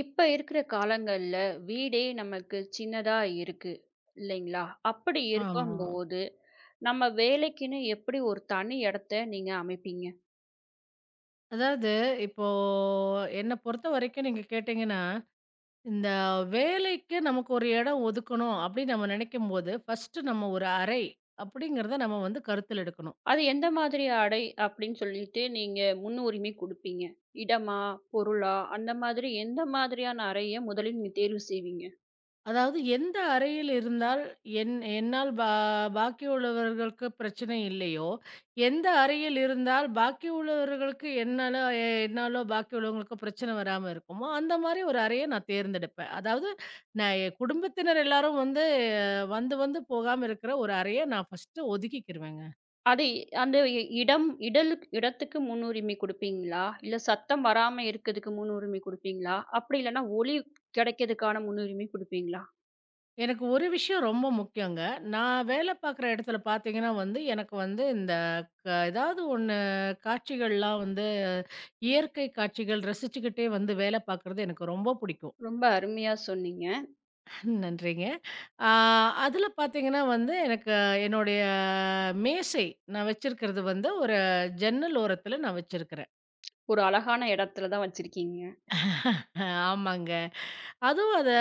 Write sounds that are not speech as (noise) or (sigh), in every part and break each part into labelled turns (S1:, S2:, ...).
S1: இப்ப இருக்கிற காலங்கள்ல வீடே நமக்கு சின்னதா இருக்கு இல்லைங்களா? அப்படி
S2: ஆமா.
S1: இருக்கும்போது, நம்ம வேலைக்குன்னு எப்படி ஒரு தனி இடத்த நீங்க அமைப்பீங்க?
S2: அதாவது இப்போ என்ன பொறுத்தவரைக்கும் நீங்க கேட்டீங்கன்னா, இந்த வேலைக்கு நமக்கு ஒரு இடம் ஒதுக்கணும் அப்படின்னு நம்ம நினைக்கும்போது, ஃபர்ஸ்ட்டு நம்ம ஒரு அறை அப்படிங்கிறத நம்ம வந்து கருத்தில் எடுக்கணும்.
S1: அது எந்த மாதிரி அப்படின்னு சொல்லிட்டு நீங்க முன்னுரிமை குடுப்பீங்க? இடமா? பொருளா? அந்த மாதிரி எந்த மாதிரியான அறைய முதலில் நீங்க தேர்வு செய்வீங்க?
S2: அதாவது எந்த அறையில் இருந்தால் என் என்னால் பா பாக்கி உள்ளவர்களுக்கு பிரச்சனை இல்லையோ, எந்த அறையில் இருந்தால் பாக்கி உள்ளவர்களுக்கு என்னாலோ பாக்கி உள்ளவங்களுக்கு பிரச்சனை வராம இருக்குமோ, அந்த மாரி ஒரு அறைய நான் தேர்ந்தெடுப்பேன். அதாவது நான் என் குடும்பத்தினர் எல்லாரும் வந்து வந்து வந்து போகாம இருக்கிற ஒரு அறைய நான் ஃபர்ஸ்ட்டு ஒதுக்கிக்கிருவேங்க.
S1: அதை அந்த இ இடம் இடலுக் இடத்துக்கு முன்னுரிமை குடுப்பீங்களா? இல்ல சத்தம் வராம இருக்கிறதுக்கு முன்னுரிமை குடுப்பீங்களா? அப்படி இல்லன்னா ஒலி கிடைக்கிறதுக்கான முன்னுரிமை குடுப்பீங்களா?
S2: எனக்கு ஒரு விஷயம் ரொம்ப முக்கியங்க. நான் வேலை பார்க்குற இடத்துல பார்த்தீங்கன்னா வந்து, எனக்கு வந்து இந்த ஏதாவது ஒண்ணு காட்சிகள்லாம் வந்து இயற்கை காட்சிகள் ரசிச்சுக்கிட்டே வந்து வேலை பார்க்குறது எனக்கு ரொம்ப பிடிக்கும்.
S1: ரொம்ப அருமையா சொன்னீங்க.
S2: (laughs) நன்றிங்க. ஆ அதில பார்த்தீங்கன்னா வந்து எனக்கு என்னுடைய மேசை நான் வச்சிருக்கிறது வந்து ஒரு ஜன்னல் ஓரத்தில நான் வச்சிருக்கிறேன்.
S1: ஒரு அழகான இடத்துல தான் வச்சிருக்கீங்க.
S2: ஆமாங்க. அதுவும் அத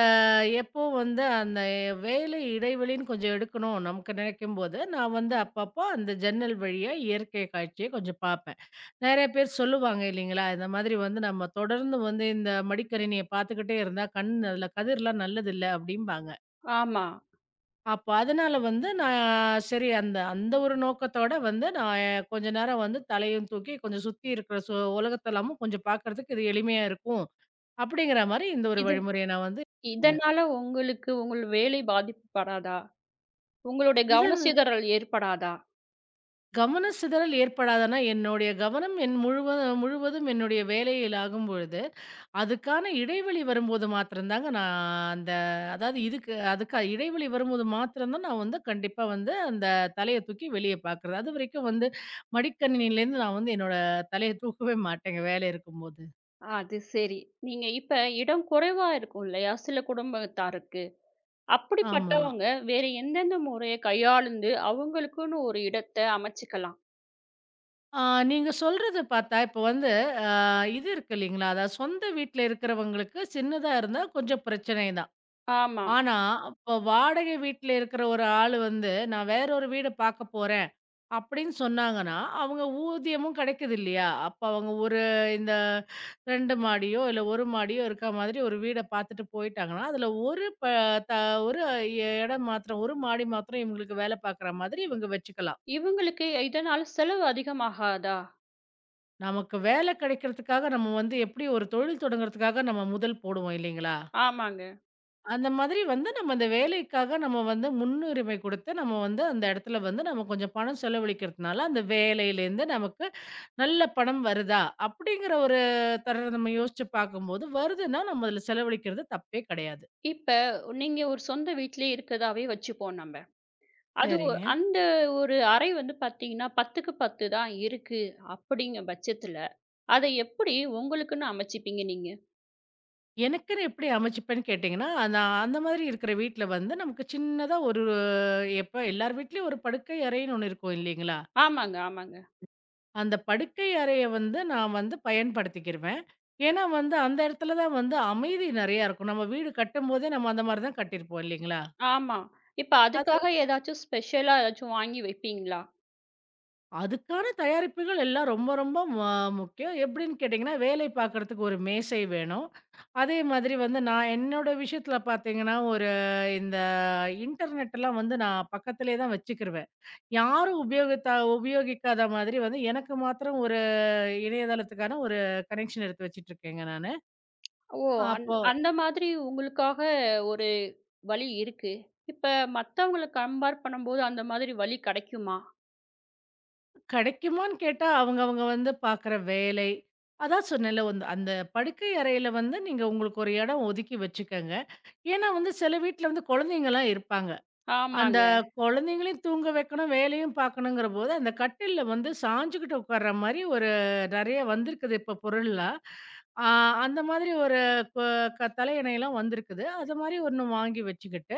S2: எப்போ வந்து அந்த வேலை இடைவெளின்னு கொஞ்சம் எடுக்கணும் நமக்கு நினைக்கும்போது, நான் வந்து அப்பப்போ அந்த ஜன்னல் வழியா இயற்கை காட்சிய கொஞ்சம் பார்ப்பேன். நெறைய பேர் சொல்லுவாங்க இல்லைங்களா? இந்த மாதிரி வந்து நம்ம தொடர்ந்து வந்து இந்த மடிக்கணினிய பார்த்துக்கிட்டே இருந்தா கண் அதுல கதிர்லாம் நல்லதில்ல அப்டிம்பாங்க.
S1: ஆமா.
S2: அப்ப அதனால வந்து நான் சரி அந்த அந்த ஒரு நோக்கத்தோட வந்து நான் கொஞ்ச நேரம் வந்து தலையும் தூக்கி கொஞ்சம் சுத்தி இருக்கிற உலகத்தெல்லாமும் கொஞ்சம் பார்க்கறதுக்கு இது எளிமையா இருக்கும். அப்டிங்கிற மாரி இந்த ஒரு
S1: இது
S2: வழிமுறைய நான் வந்து
S1: இதனால உங்களுக்கு உங்கள் வேலை பாதிக்கப்படாதா? உங்களுடைய
S2: இது
S1: கவனச்சிதறல் ஏற்படாதா?
S2: கவன சிதறல் ஏற்படாதுன்னா, என்னுடைய கவனம் என் முழுவ முழுவதும் என்னுடைய வேலையில் ஆகும்பொழுது, அதுக்கான இடைவெளி வரும்போது மாத்திரம் தாங்க நான் அந்த அதாவது அதுக்கு இடைவெளி வரும்போது மாத்திரம் தான் நான் வந்து கண்டிப்பா வந்து அந்த தலைய தூக்கி வெளிய பார்க்குறது. அதுவரைக்கும் வந்து மடிக்கணினியிலேருந்து நான் வந்து என்னோட தலைய தூக்கவே மாட்டேங்க வேலை இருக்கும்போது.
S1: அது சரி. நீங்க இப்ப இடம் குறைவா இருக்கும் இல்லையா? சில குடும்பத்தாருக்கு.
S2: ஆமா.
S1: அப்படிப்பட்டவங்க வேற எந்தெந்த முறைய கையாளுந்து அவங்களுக்குன்னு ஒரு இடத்த அமைச்சுக்கலாம்?
S2: ஆ நீங்க சொல்றது பார்த்தா, இப்போ வந்து அ இது இருக்கு இல்லைங்களா? அதாவது சொந்த வீட்ல இருக்கிறவங்களுக்கு சின்னதா இருந்தா கொஞ்சம் பிரச்சனை.
S1: ஆமா.
S2: ஆனா, அப்ப வாடகை வீட்ல இருக்கிற ஒரு ஆளு வந்து, "நான் வேற ஒரு வீடு பார்க்க போறேன்" அப்படின்னு சொன்னாங்கன்னா, அவங்க ஊதியமும் கிடைக்குது இல்லையா? அப்ப அவங்க ஒரு இந்த 2 மாடியோ, இல்ல 1 மாடியோ இருக்க மாதிரி ஒரு வீட பார்த்துட்டு போயிட்டாங்கன்னா, அதுல ஒரு ப த ஒரு இடம் மாத்திரம், ஒரு மாடி மாத்திரம் இவங்களுக்கு வேலை பார்க்குற மாதிரி இவங்க வச்சுக்கலாம்.
S1: இவங்களுக்கு இதனால செலவு அதிகமாகாதா?
S2: நமக்கு வேலை கிடைக்கிறதுக்காக நம்ம வந்து எப்படி ஒரு தொழில் தொடங்குறதுக்காக நம்ம முதல் போடுவோம் இல்லைங்களா?
S1: ஆமாங்க.
S2: அந்த மாதிரி வந்து நம்ம அந்த வேலைக்காக நம்ம வந்து முன்னுரிமை கொடுத்து நம்ம வந்து அந்த இடத்துல வந்து நம்ம கொஞ்சம் பணம் செலவழிக்கிறதுனால அந்த வேலையிலேருந்து நமக்கு நல்ல பணம் வருதா அப்படிங்கிற ஒரு தர நம்ம யோசிச்சு பார்க்கும்போது வருதுன்னா நம்ம அதில் செலவழிக்கிறது தப்பே கிடையாது.
S1: இப்ப நீங்க ஒரு சொந்த வீட்டிலேயே இருக்கதாவே வச்சுப்போம் நம்ம. அது ஒ
S2: சரிங்க.
S1: அந்த ஒரு அறை வந்து பார்த்தீங்கன்னா, 10க்கு 10 தான் இருக்கு அப்படிங்க பட்சத்தில, அத எப்படி உங்களுக்குன்னு அமைச்சுப்பீங்க நீங்க?
S2: எனக்குன்னு எப்படி அமைச்சுப்பேன்னு கேட்டிங்கன்னா, நான் அந்த மாதிரி இருக்கிற வீட்ல வந்து நமக்கு சின்னதா ஒரு எப்ப எல்லார் வீட்லயும் ஒரு படுக்கை அறைன்னு ஒண்ணு இருக்கும் இல்லைங்களா?
S1: ஆமாங்க, ஆமாங்க.
S2: அந்த படுக்கை அறைய வந்து நான் வந்து பயன்படுத்திக்கிருவேன். ஏன்னா வந்து அந்த இடத்துல தான் வந்து அமைதி நெறையா இருக்கும். நம்ம வீடு கட்டும்போதே நம்ம அந்த மாரி தான் கட்டியிருப்போம் இல்லைங்களா?
S1: ஆமா. இப்ப
S2: அது
S1: அதுக்காக ஏதாச்சும் ஸ்பெஷலா ஏதாச்சும் வாங்கி வைப்பீங்களா?
S2: அதுக்கான தயாரிப்புகள் எல்லாம் ரொம்ப ரொம்ப ம முக்கியம். எப்படின்னு கேட்டிங்கன்னா, வேலை பார்க்கறதுக்கு ஒரு மேசை வேணும். அதே மாதிரி வந்து நான் என்னோட விஷயத்துல பார்த்தீங்கன்னா, ஒரு இந்த இன்டர்நெட்லாம் வந்து நான் பக்கத்திலே தான் வச்சுக்கிருவேன். யாரும் உபயோகித்தா உபயோகிக்காத மாதிரி வந்து எனக்கு மாத்திரம் ஒரு இணையதளத்துக்கான ஒரு கனெக்ஷன் எடுத்து வச்சுட்டுருக்கேங்க நானு.
S1: ஓ!
S2: அப்போ
S1: அந்த மாதிரி உங்களுக்காக ஒரு வழி இருக்கு. இப்ப மத்தவங்கள கம்பேர் பண்ணும்போது அந்த மாதிரி வழி கிடைக்குமா?
S2: கிடைக்குமான்னு கேட்டா, அவங்க அவங்க வந்து பார்க்குற வேலை, அதான் சொன்னேன்ல வந்து அந்த படுக்கை அறையில வந்து நீங்க உங்களுக்கு ஒரு இடம் ஒதுக்கி வச்சுக்கங்க. ஏன்னா வந்து சில வீட்ல வந்து குழந்தைங்கலாம் இருப்பாங்க. அந்த
S1: ஆமாங்க.
S2: குழந்தைங்களையும் தூங்க வைக்கணும், வேலையும் பார்க்கணுங்கிற போது அந்த கட்டில்ல வந்து சாஞ்சுகிட்டு உட்கார்ற மாரி ஒரு நெறைய வந்திருக்குது இப்ப பொருள்லாம். ஆ அந்த மாதிரி ஒரு கொ க தலையணைலாம் வந்திருக்குது. அது மாரி ஒண்ணு வாங்கி வச்சுக்கிட்டு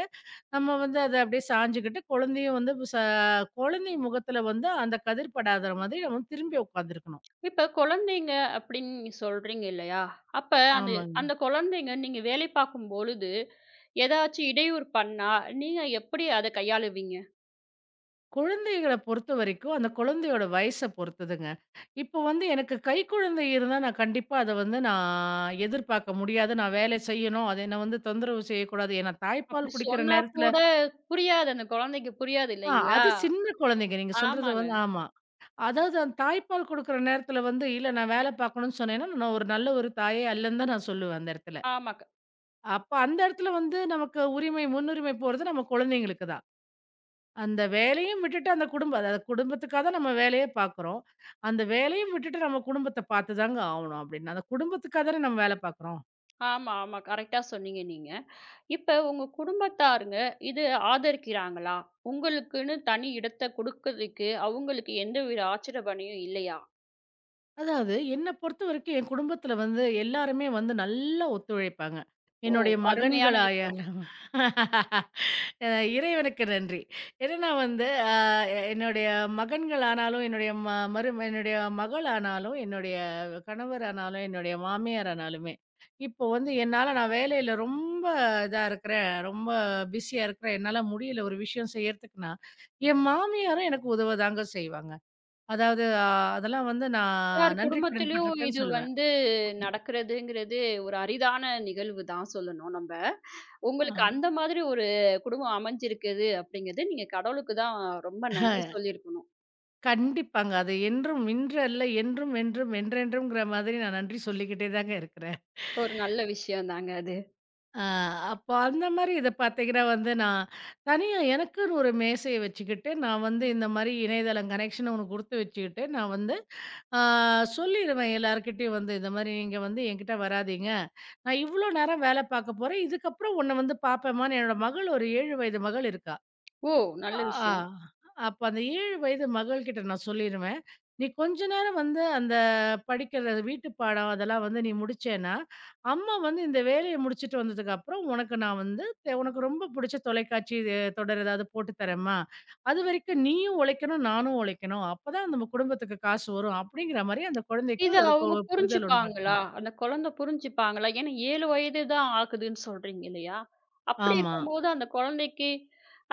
S2: நம்ம வந்து அத அப்படியே சாஞ்சுகிட்டு, குழந்தை முகத்துல வந்து அந்த கதிர் படாத மாதிரி நம்ம திரும்பி உட்காந்துருக்கணும்.
S1: இப்ப குழந்தைங்க அப்படின்னு நீங்க சொல்றீங்க இல்லையா? அப்ப அந்த
S2: ஆமாங்க.
S1: அந்த குழந்தைங்க நீங்க வேலை பார்க்கும்பொழுது ஏதாச்சும் இடையூறு பண்ணா, நீங்க எப்படி அத கையாளுவீங்க?
S2: குழந்தைகள பொறுத்தவரைக்கும், அந்த குழந்தையோட வயச பொறுத்ததுங்க. இப்போ வந்து எனக்கு கைக்குழந்தை இருந்தா, நான் கண்டிப்பா அத வந்து நான் எதிர்பார்க்க முடியாது. நான் வேலை செய்யணும். அது என்ன வந்து தொந்தரவு செய்யக்கூடாது. ஏன்னா
S1: அப்படி
S2: தாய்ப்பால் குடிக்கிற
S1: சொன்னா
S2: நேரத்துல
S1: கூட புரியாது. அந்த குழந்தைக்கு புரியாது இல்லைங்களா?
S2: அது சின்ன குழந்தைங்க. நீங்க சொல்றது
S1: ஆமாங்க.
S2: வந்து ஆமா. அதாவது அந்த தாய்ப்பால் குடுக்குற நேரத்துல வந்து, இல்ல நான் வேல பார்க்கணும்னு சொன்னேன்னா, நான் ஒரு நல்ல ஒரு தாயே அல்லன்னு தான் நான் சொல்லுவேன் அந்த இடத்துல.
S1: ஆமாங்க.
S2: அப்ப அந்த இடத்துல வந்து நமக்கு உரிமை, முன்னுரிமை போறது நம்ம குழந்தைங்களுக்கு தான். அந்த வேலையும் விட்டுட்டு அந்த குடும்ப அதாவது குடும்பத்துக்காக தான் நம்ம வேலைய பார்க்குறோம். அந்த வேலையும் விட்டுட்டு நம்ம குடும்பத்த பார்த்து தாங்க ஆவணும் அப்டின்னா, அந்த குடும்பத்துக்காக தானே நம்ம வேல பார்க்குறோம்.
S1: ஆமா, ஆமா. கரெக்ட்டா சொன்னீங்க நீங்க. இப்ப உங்க குடும்பத்தாருங்க இது ஆதரிக்கிறாங்களா? உங்களுக்குன்னு தனி இடத்த குடுக்கறதுக்கு அவங்களுக்கு எந்தவித ஆட்சேபனையும் இல்லையா?
S2: அதாவது என்ன பொறுத்தவரைக்கும் என் குடும்பத்துல வந்து எல்லாருமே வந்து நல்லா ஒத்துழைப்பாங்க.
S1: ஓ!
S2: என்னுடைய
S1: அருமையான
S2: மகன்களாய
S1: விஷயம்.
S2: அ இறைவனுக்கு நன்றி. என்னன்னா வந்து என்னுடைய மகன்களானாலும், என்னுடைய ம மரு என்னுடைய மகளானாலும், என்னுடைய கணவரானாலும், என்னுடைய மாமியாரானாலுமே, இப்போ வந்து என்னால நான் வேலையில ரொம்ப இதா இருக்கிறேன், ரொம்ப பிஸியா இருக்கிறேன், என்னால முடியல ஒரு விஷயம் செய்யறதுக்குன்னா, என் மாமியாரும் எனக்கு உதவதாங்க செய்வாங்க. அதாவது அதெல்லாம் வந்து
S1: எல்லார்
S2: நான் நன்றி கடன்
S1: குடும்பத்திலயும்
S2: பட்டிருக்கேன்னு
S1: இது
S2: சொல்லுவேன்.
S1: வந்து நடக்கிறதுங்கிறது ஒரு அரிதான நிகழ்வு தான் சொல்லணும் நம்ப.
S2: ஆ.
S1: உங்களுக்கு அந்த மாதிரி ஒரு குடும்பம் அமைஞ்சிருக்குது அப்படிங்கிறது, நீங்க கடவுளுக்கு தான் ரொம்ப நன்றி
S2: அஹ்,
S1: சொல்லியிருக்கணும்.
S2: கண்டிப்பாங்க. அது என்றும் இன்றல்ல என்றும், என்றும், என்றென்றும்ங்கிற மாதிரி நான் நன்றி சொல்லிக்கிட்டே தாங்க இருக்கிறேன்.
S1: ஒரு நல்ல விஷயம் தாங்க அது.
S2: அ அப்போ அந்த மாரி இத பார்த்தீங்கன்னா வந்து நான் தனியா எனக்குன்னு ஒரு மேசைய வச்சுக்கிட்டு, நான் வந்து இந்த மாரி இணையதளம் கனெக்ஷன் ஒண்ணு குடுத்து வச்சுக்கிட்டு, நான் வந்து அ சொல்லிருவேன் எல்லார்கிட்டயும் வந்து இந்த மாரி நீங்க வந்து என்கிட்ட வராதீங்க. நான் இவ்ளோ நேரம் வேல பார்க்க போறேன். இதுக்கப்புறம் உன்ன வந்து பார்ப்பேன்மான்னு என்னோட மகள் ஒரு 7 வயது மகள் இருக்கா.
S1: ஓ! நல்ல
S2: ஆ.
S1: விஷயம்.
S2: அப்ப அந்த 7 வயது மகள்கிட்ட நான் சொல்லிருவேன். "நீ கொஞ்ச நேரம் வந்து அந்த படிக்கிற வீட்டு பாடம் அதெல்லாம் வந்து நீ முடிச்சேன்னா, அம்மா வந்து இந்த வேலைய முடிச்சுட்டு வந்ததுக்கப்புறம் உனக்கு நான் வந்து உனக்கு ரொம்ப புடிச்ச தொலைக்காட்சி இது தொடர் ஏதாவது போட்டு தரேம்மா. அதுவரைக்கும் நீயும் உழைக்கணும், நானும் உழைக்கணும். அப்பதான் நம்ம குடும்பத்துக்கு காசு வரும்." அப்படிங்கிற மாரி அந்த குழந்தைக்கு
S1: இத
S2: அதுக்கு
S1: அவங்க
S2: ஒரு புரிதல்
S1: புரிஞ்சுப்பாங்களா?
S2: உண்டாக்கணும்.
S1: அந்த குழந்தை புரிஞ்சுப்பாங்களா? ஏன்னா 7 வயது தான் ஆகுதுன்னு சொல்றீங்க இல்லையா? அப்படி
S2: ஆமா.
S1: இருக்கும்போது அந்த குழந்தைக்கு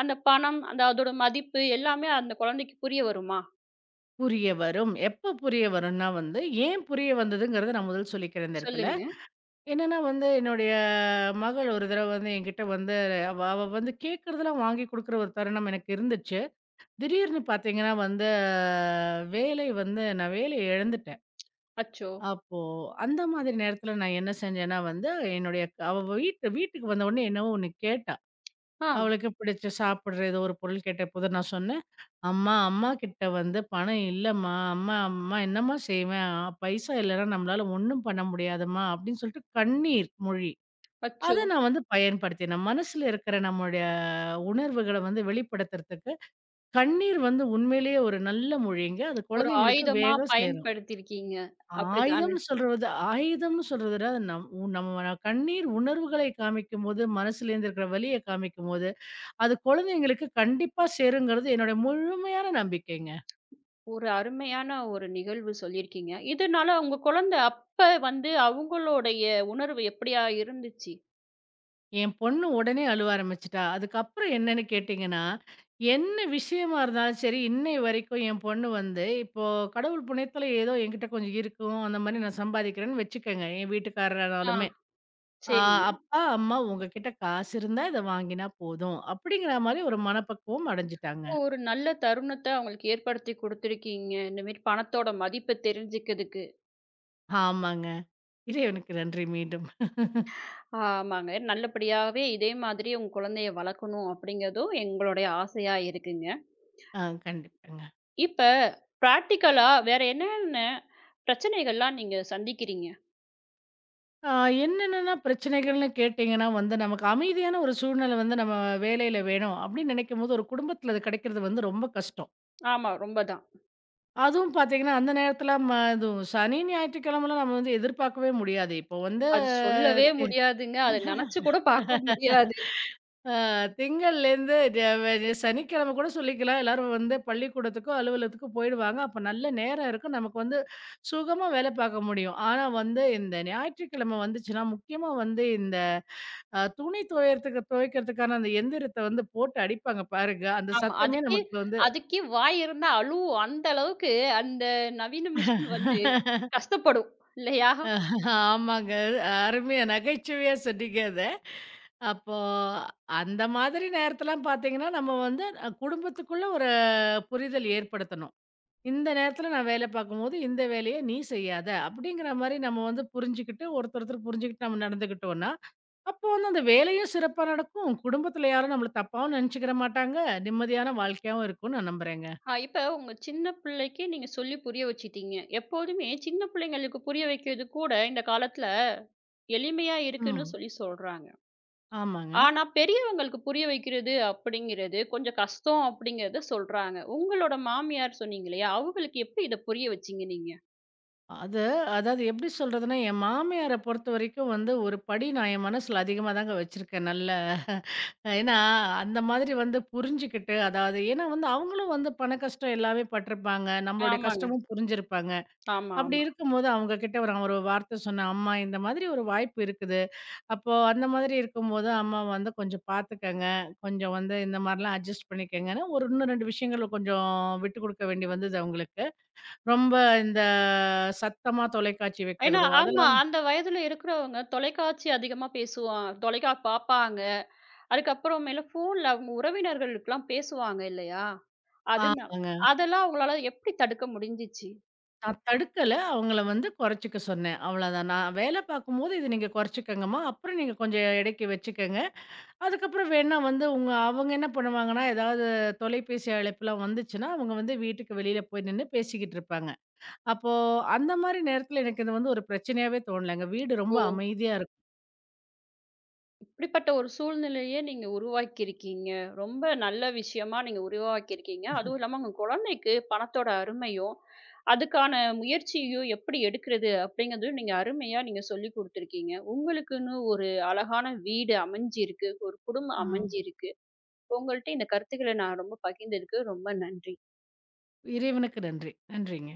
S1: அந்த பணம், அந்த அதோட மதிப்பு எல்லாமே அந்த குழந்தைக்கு புரிய வருமா?
S2: புரிய வரும். எப்ப புரிய வரும்னா வந்து, ஏன் புரிய வந்ததுங்கிறத நான் முதல் சொல்லிக்கிறேன் இந்த இடத்துல.
S1: சொல்லுங்க.
S2: என்னன்னா வந்து, என்னுடைய மகள் ஒரு தடவ வந்து என்கிட்ட வந்து அவ அவ வந்து கேட்கறதெல்லாம் வாங்கி குடுக்குற ஒரு தருணம் எனக்கு இருந்துச்சு. திடீர்னு பார்த்தீங்கன்னா வந்து, வேலை வந்து நான் வேலைய இழந்துட்டேன்.
S1: அச்சோ!
S2: அப்போ அந்த மாதிரி நேரத்தில நான் என்ன செஞ்சேன்னா வந்து, என்னுடைய க- அவ வீட்டு வீட்டுக்கு வந்த உடனே என்னவோ ஒண்ணு கேட்டா.
S1: ஆ,
S2: அவளுக்கு பிடிச்ச சாப்பிடுற ஏதோ ஒரு பொருள் கேட்டபோது நான் சொன்னேன், "அம்மா அம்மா கிட்ட வந்து பணம் இல்லம்மா. அம்மா அம்மா என்னம்மா செய்வேன்? பைசா இல்லன்னா நம்மளால ஒண்ணும் பண்ண முடியாதும்மா" அப்படின்னு சொல்லிட்டு கண்ணீர் மொழி.
S1: அச்சோ!
S2: அத நான் வந்து பயன்படுத்தினேன். நம் மனசுல இருக்கிற நம்முடைய உணர்வுகள வந்து வெளிப்படுத்துறதுக்கு, கண்ணீர் வந்து உண்மையிலேயே ஒரு நல்ல மொழிங்க. அது
S1: ஒரு
S2: குழந்தைங்களுக்கு
S1: ஆயுதமா
S2: வேகா சேரும்.
S1: பயன்படுத்தியிருக்கீங்க. அப்படிதான?
S2: ஆயுதம்னு சொல்றத விட, அது நம்ம கண்ணீர் உணர்வுகளை காமிக்கும்போது, மனசுலேருந்து இருக்கிற வலிய காமிக்கும்போது, அது குழந்தைங்களுக்கு கண்டிப்பா சேருங்கிறது என்னோட முழுமையான நம்பிக்கைங்க.
S1: ஒரு அருமையான ஒரு நிகழ்வு சொல்லியிருக்கீங்க. இதனால உங்க குழந்தை அப்ப வந்து அவங்களுடைய உணர்வு எப்படியா இருந்துச்சு?
S2: என் பொண்ணு உடனே அழுவ ஆரம்பிச்சுட்டா. அதுக்கப்புறம் என்னன்னு கேட்டீங்கன்னா, என்ன விஷயமா இருந்தாலும் சரி, இன்னை வரைக்கும் என் பொண்ணு வந்து இப்போ கடவுள் புண்ணியத்துல ஏதோ என்கிட்ட கொஞ்சம் இருக்கும். அந்த மாரி நான் சம்பாதிக்கிறேன்னு வச்சுக்கங்க. என்
S1: ஆ,
S2: வீட்டுக்காரரானாலுமே, "ஆ
S1: சரிங்க.
S2: அப்பா, அம்மா உங்ககிட்ட காசு இருந்தா இத வாங்கினா போதும்." அப்படிங்கிற மாரி ஒரு மனப்பக்குவம் அடைஞ்சுட்டாங்க.
S1: ஒரு நல்ல தருணத்த அவங்களுக்கு ஏற்படுத்தி குடுத்துருக்கீங்க. இந்த மாரி பணத்தோட மதிப்பு தெரிஞ்சுக்கிறதுக்கு.
S2: ஆமாங்க. இறைவனுக்கு நன்றி மீண்டும்.
S1: ஆமாங்க. நல்லபடியாவே இதே மாதிரி உங்க குழந்தைய வளர்க்கணும் அப்படிங்கிறதும் எங்களுடைய ஆசையா இருக்குங்க.
S2: ஆ, கண்டிப்பாங்க.
S1: இப்ப பிராக்டிகலா வேற என்னென்ன பிரச்சனைகள்லாம் நீங்க சந்திக்கிறீங்க?
S2: ஆ என்னென்னன்னா பிரச்சனைகள்னு கேட்டீங்கன்னா வந்து, நமக்கு அமைதியான ஒரு சூழ்நிலை வந்து நம்ம வேலையில வேணும் அப்படின்னு நினைக்கும்போது, ஒரு குடும்பத்தில அது கிடைக்கிறது வந்து ரொம்ப கஷ்டம்.
S1: ஆமா, ரொம்ப தான்.
S2: அதுவும் பார்த்தீங்கன்னா, அந்த நேரத்தில ம அதுவும் சனி, ஞாயிற்றுக்கிழமைலாம் நம்ம வந்து எதிர்பார்க்கவே முடியாது. இப்போ வந்து
S1: அது சொல்லவே
S2: தி
S1: முடியாதுங்க. அத நெனச்சு கூட பார்க்க முடியாது.
S2: ஆ திங்கள்லேருந்து ட வெ சனிக்கிழமை கூட சொல்லிக்கலாம். எல்லாரும் வந்து பள்ளிக்கூடத்துக்கோ, அலுவலகத்துக்கோ போயிடுவாங்க. அப்போ நல்ல நேரம் இருக்கும். நமக்கு வந்து சுகமா வேலை பார்க்க முடியும். ஆனா வந்து இந்த ஞாயிற்றுக்கிழமை வந்துச்சுன்னா, முக்கியமா வந்து இந்த துணி துவையறதுக்கு துவைக்கிறதுக்கான அந்த எந்திரத்த வந்து போட்டு அடிப்பாங்க பாருங்க. அந்த
S1: ஆமா.
S2: சத்தமே
S1: அதுக்கே
S2: நமக்கு வந்து
S1: அதுக்கே வாய் இருந்தா அழுவும். அந்த அளவுக்கு அந்த நவீன மிஷின் வந்து
S2: (laughs)
S1: கஷ்டப்படும். இல்லையா?
S2: ஆமாங்க. அருமையா நகைச்சுவையா சொன்னீங்க அத. அப்போ அந்த மாதிரி நேரத்தலாம் பார்த்தீங்கன்னா, நம்ம வந்து குடும்பத்துக்குள்ள ஒரு புரிதல் ஏற்படுத்தணும். இந்த நேரத்துல நான் வேலை பார்க்கும்போது, இந்த வேலைய நீ செய்யாத. அப்படிங்கிற மாரி நம்ம வந்து புரிஞ்சுகிட்டு, ஒருத்தர் ஒருத்தர் புரிஞ்சுகிட்டு நம்ம நடந்துக்கிட்டோம்னா, அப்போ வந்து அந்த வேலையும் சிறப்பா நடக்கும். குடும்பத்துல யாரும் நம்மள தப்பாவும் நெனச்சுக்கிற மாட்டாங்க. நிம்மதியான வாழ்க்கையாவும் இருக்கும்னு நான் நம்புறேங்க.
S1: அ இப்ப உங்க சின்ன பிள்ளைக்கு நீங்க சொல்லி புரிய வச்சுட்டீங்க. எப்போதுமே சின்ன பிள்ளைங்களுக்கு புரிய வைக்கிறது கூட இந்த காலத்துல எளிமையா இருக்குன்னு
S2: ம்.
S1: சொல்லி சொல்றாங்க.
S2: ஆமாங்க.
S1: ஆனா பெரியவங்களுக்கு புரிய வைக்கிறது அப்படிங்கிறது கொஞ்சம் கஷ்டம் அப்படிங்கிறத சொல்றாங்க. உங்களோட மாமியார் சொன்னீங்க இல்லையா? அவங்களுக்கு எப்படி இத புரிய வச்சீங்க நீங்க?
S2: அது அதாவது எப்படி சொல்றதுன்னா, என் மாமியார பொறுத்தவரைக்கும் வந்து ஒரு படி நான் என் மனசுல அதிகமா தாங்க வச்சிருக்கேன். நல்ல ஏன்னா, அந்த மாதிரி வந்து புரிஞ்சுகிட்டு, அதாவது ஏன்னா வந்து அவங்களும் வந்து பண கஷ்டம் எல்லாமே பட்டுருப்பாங்க. நம்மளுடைய
S1: ஆமாங்க.
S2: கஷ்டமும் புரிஞ்சிருப்பாங்க.
S1: ஆமா,
S2: அப்படி
S1: ஆமா.
S2: இருக்கும்போது அவங்க கிட்ட ஒரு நான் ஒரு வார்த்தை சொன்னேன், "அம்மா இந்த மாதிரி ஒரு வாய்ப்பு இருக்குது. அப்போ அந்த மாதிரி இருக்கும்போது அம்மா வந்து கொஞ்சம் பார்த்துக்கங்க. கொஞ்சம் வந்து இந்த மாரிலாம் அட்ஜஸ்ட் பண்ணிக்கங்கன்னு" ஒரு இன்னும் 2 விஷயங்கள கொஞ்சம் விட்டு கொடுக்க வேண்டி வந்தது அவங்களுக்கு. ரொம்ப இந்த சத்தமா தொலைக்காட்சி
S1: ஏன்னா
S2: வைக்கிறதோ
S1: ஆமா.
S2: அதெல்லாம்.
S1: அந்த வயதுல இருக்கிறவங்க தொலைக்காட்சி அதிகமா பேசுவான் தொலைக்கா பார்ப்பாங்க. அதுக்கப்புறமேலு ஃபோன்ல அவங்க உறவினர்களுக்குலாம் பேசுவாங்க இல்லையா? அதுனா
S2: ஆமாங்க.
S1: அதெல்லாம் உங்களால எப்படி தடுக்க முடிஞ்சுச்சு?
S2: நான் தடுக்கல. அவங்கள வந்து குறைச்சுக்க சொன்னேன். அவ்வளோதான். நான் வேலை பார்க்கும்போது இத நீங்க குறைச்சுக்கங்கம்மா. அப்புறம் நீங்க கொஞ்சம் எடைக்கு வச்சுக்கங்க. அதுக்கப்புறம் வேணா வந்து அவங்க என்ன பண்ணுவாங்கன்னா, ஏதாவது தொலைபேசி அழைப்புலாம் வந்துச்சுன்னா, அவங்க வந்து வீட்டுக்கு வெளியில போய் நின்னு பேசிக்கிட்டு இருப்பாங்க. அப்போ அந்த மாரி நேரத்துல எனக்கு இது வந்து ஒரு பிரச்சனையாவே தோணலங்க. வீடு
S1: ஓ!
S2: ரொம்ப அமைதியா இருக்கும்.
S1: இப்படிப்பட்ட ஒரு சூழ்நிலைய நீங்க உருவாக்கியிருக்கீங்க. ரொம்ப நல்ல விஷயமா நீங்க உருவாக்கியிருக்கீங்க. அதுவும் இல்லாம உங்க குழந்தைக்கு பணத்தோட அருமையும், அதுக்கான முயற்சியும் எப்படி எடுக்கிறது அப்படிங்கிறதையும் நீங்க அருமையா நீங்க சொல்லிக் குடுத்துருக்கீங்க. உங்களுக்குன்னு ஒரு அழகான வீடு அமைஞ்சிருக்கு. ஒரு குடும்பம்
S2: ம்.
S1: அமைஞ்சிருக்கு. உங்கள்ட்ட இந்த கருத்துக்கள நான் ரொம்ப பகிர்ந்ததுக்கு ரொம்ப நன்றி.
S2: இறைவனுக்கு நன்றி. நன்றிங்க.